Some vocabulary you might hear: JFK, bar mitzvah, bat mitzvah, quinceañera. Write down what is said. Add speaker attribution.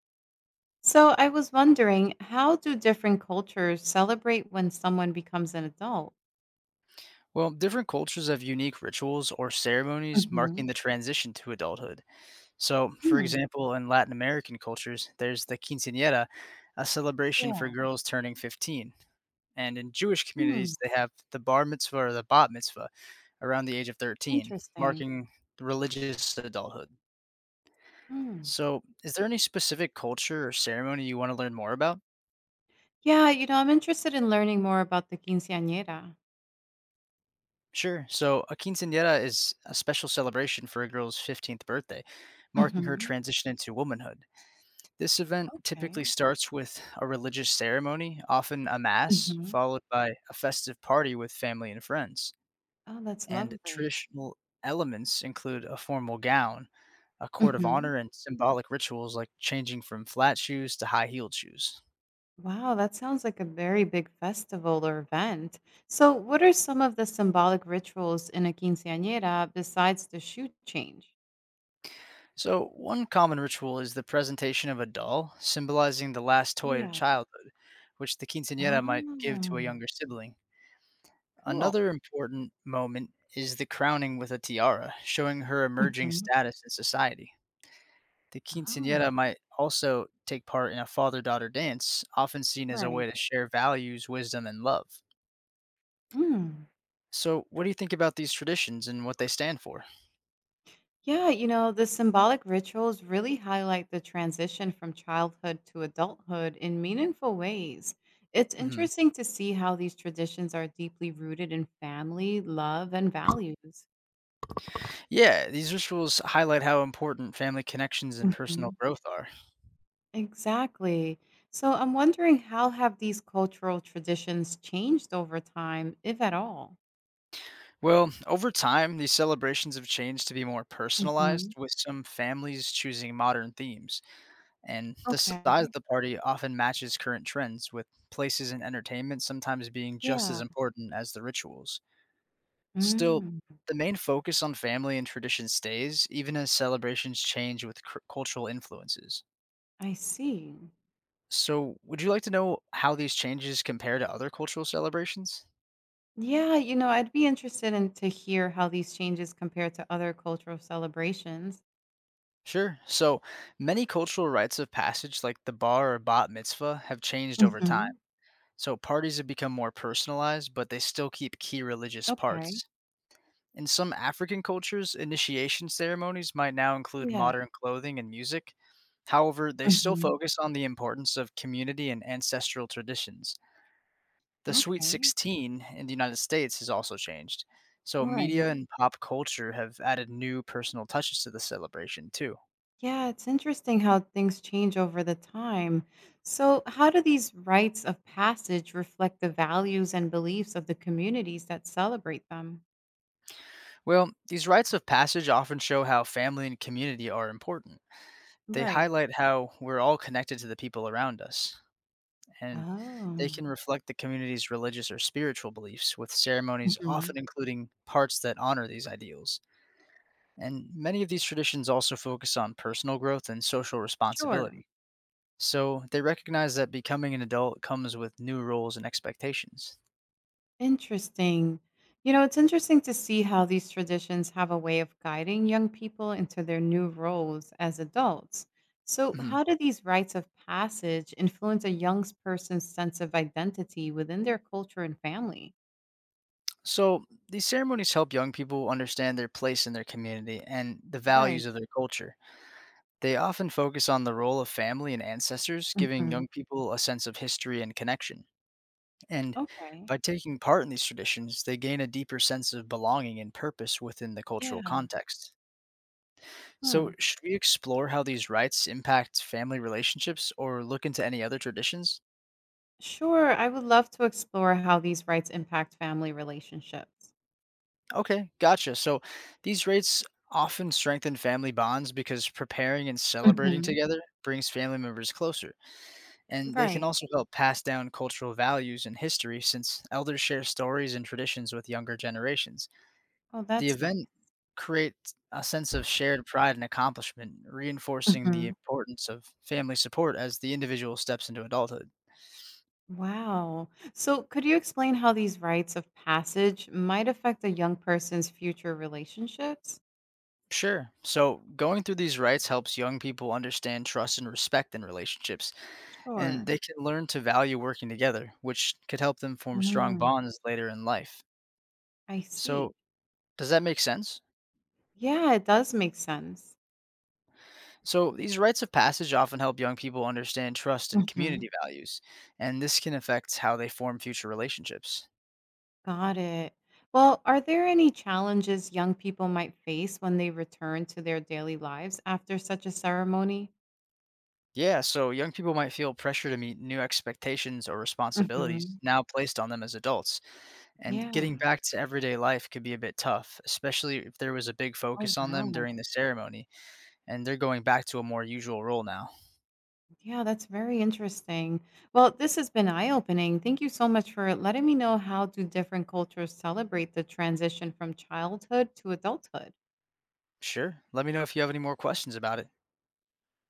Speaker 1: So I was wondering, how do different cultures celebrate when someone becomes an adult?
Speaker 2: Well, different cultures have unique rituals or ceremonies
Speaker 1: Hmm.
Speaker 2: marking the transition to adulthood. So, for example, in Latin American cultures, there's the quinceañera, a celebration for
Speaker 1: Yeah.
Speaker 2: girls turning 15. And in Jewish
Speaker 1: Hmm,
Speaker 2: communities, they have the bar mitzvah or the bat mitzvah around the age of 13,
Speaker 1: interesting.
Speaker 2: marking religious adulthood.
Speaker 1: Hmm.
Speaker 2: So, is there any specific culture or ceremony you want to learn more about?
Speaker 1: Yeah, I'm interested in learning more about the quinceanera.
Speaker 2: Sure. So, a quinceañera is a special celebration for a girl's 15th birthday, marking her
Speaker 1: Mm-hmm.
Speaker 2: transition into womanhood. This event typically
Speaker 1: Okay.
Speaker 2: starts with a religious ceremony, often a mass,
Speaker 1: Hmm.
Speaker 2: followed by a festive party with family and friends.
Speaker 1: Oh, that's
Speaker 2: And
Speaker 1: lovely.
Speaker 2: traditional elements include a formal gown, a court of
Speaker 1: Hmm.
Speaker 2: honor, and symbolic rituals like changing from flat shoes to high heeled shoes.
Speaker 1: Wow, that sounds like a very big festival or event. So, what are some of the symbolic rituals in a quinceañera besides the shoe change?
Speaker 2: So, one common ritual is the presentation of a doll, symbolizing the last toy of
Speaker 1: Yeah.
Speaker 2: childhood, which the quinceanera might give to a
Speaker 1: Oh,
Speaker 2: younger sibling. Another important moment is the crowning with a tiara, showing her emerging
Speaker 1: cool.
Speaker 2: status in society. The
Speaker 1: Oh,
Speaker 2: quinceanera might also take part in a father daughter dance, often seen as a
Speaker 1: right.
Speaker 2: way to share values, wisdom, and love.
Speaker 1: Mm.
Speaker 2: So, what do you think about these traditions and what they stand for?
Speaker 1: Yeah, the symbolic rituals really highlight the transition from childhood to adulthood in meaningful ways. It's
Speaker 2: Hmm.
Speaker 1: interesting to see how these traditions are deeply rooted in family, love, and values.
Speaker 2: Yeah, these rituals highlight how important family connections and personal
Speaker 1: Mhm.
Speaker 2: growth are.
Speaker 1: Exactly. So I'm wondering, how have these cultural traditions changed over time, if at all?
Speaker 2: Well, over time, these celebrations have changed to be more
Speaker 1: Mhm.
Speaker 2: personalized, with some families choosing modern themes, and the size of
Speaker 1: Okay.
Speaker 2: the party often matches current trends, with places and entertainment sometimes being just as
Speaker 1: Yeah.
Speaker 2: important as the rituals. Still,
Speaker 1: Mm,
Speaker 2: the main focus on family and tradition stays, even as celebrations change with cultural influences.
Speaker 1: I see.
Speaker 2: So, would you like to know how these changes compare to other cultural celebrations?
Speaker 1: Yeah, I'd be interested in to hear how these changes compare to other cultural celebrations.
Speaker 2: Sure. So, many cultural rites of passage, like the bar or bat mitzvah, have changed over time.
Speaker 1: Hmm.
Speaker 2: So, parties have become more personalized, but they still keep key religious
Speaker 1: Okay.
Speaker 2: parts. In some African cultures, initiation ceremonies might now include
Speaker 1: Yeah.
Speaker 2: modern clothing and music. However, they still
Speaker 1: Hmm.
Speaker 2: focus on the importance of community and ancestral traditions. The Sweet
Speaker 1: Okay.
Speaker 2: 16 in the United States has also changed. So,
Speaker 1: Right.
Speaker 2: media and pop culture have added new personal touches to the celebration, too.
Speaker 1: Yeah, it's interesting how things change over the time. So, how do these rites of passage reflect the values and beliefs of the communities that celebrate them?
Speaker 2: Well, these rites of passage often show how family and community are important. They
Speaker 1: Right.
Speaker 2: highlight how we're all connected to the people around us, and they
Speaker 1: Oh,
Speaker 2: can reflect the community's religious or spiritual beliefs, with ceremonies
Speaker 1: hmm
Speaker 2: often including parts that honor these ideals. And many of these traditions also focus on personal growth and social
Speaker 1: sure.
Speaker 2: responsibility. So they recognize that becoming an adult comes with new roles and expectations.
Speaker 1: Interesting. It's interesting to see how these traditions have a way of guiding young people into their new roles as adults. So,
Speaker 2: Mhm.
Speaker 1: how do these rites of passage influence a young person's sense of identity within their culture and family?
Speaker 2: So these ceremonies help young people understand their place in their community and the
Speaker 1: Right.
Speaker 2: values of their culture. They often focus on the role of family and ancestors, giving
Speaker 1: Mhm.
Speaker 2: young people a sense of history and connection. And
Speaker 1: Okay.
Speaker 2: by taking part in these traditions, they gain a deeper sense of belonging and purpose within the cultural
Speaker 1: Yeah.
Speaker 2: context.
Speaker 1: Hmm.
Speaker 2: So, should we explore how these rites impact family relationships or look into any other traditions?
Speaker 1: Sure. I would love to explore how these rights impact family relationships.
Speaker 2: Okay, gotcha. So, these rites often strengthen family bonds because preparing and celebrating
Speaker 1: Hmm.
Speaker 2: together brings family members closer. And they can
Speaker 1: Right.
Speaker 2: also help pass down cultural values and history since elders share stories and traditions with younger generations.
Speaker 1: Oh,
Speaker 2: The
Speaker 1: that's
Speaker 2: event creates a sense of shared pride and accomplishment, reinforcing the
Speaker 1: nice.
Speaker 2: importance of family support as the individual steps into adulthood.
Speaker 1: Wow. So, could you explain how these rites of passage might affect a young person's future relationships?
Speaker 2: Sure. So, going through these rites helps young people understand trust and respect in relationships, and
Speaker 1: Sure.
Speaker 2: they can learn to value working together, which could help them form strong
Speaker 1: Mhm.
Speaker 2: bonds later in life.
Speaker 1: I see.
Speaker 2: So, does that make sense?
Speaker 1: Yeah, it does make sense.
Speaker 2: So, these rites of passage often help young people understand trust and
Speaker 1: Hmm.
Speaker 2: community values, and this can affect how they form future relationships.
Speaker 1: Got it. Well, are there any challenges young people might face when they return to their daily lives after such a ceremony?
Speaker 2: Yeah, so young people might feel pressure to meet new expectations or responsibilities
Speaker 1: Hmm.
Speaker 2: now placed on them as adults, and getting
Speaker 1: Yeah.
Speaker 2: back to everyday life could be a bit tough, especially if there was a big
Speaker 1: Oh,
Speaker 2: focus on
Speaker 1: wow.
Speaker 2: them during the ceremony, and they're going back to a more usual role now.
Speaker 1: Yeah, that's very interesting. Well, this has been eye-opening. Thank you so much for letting me know how do different cultures celebrate the transition from childhood to adulthood.
Speaker 2: Sure. Let me know if you have any more questions about it.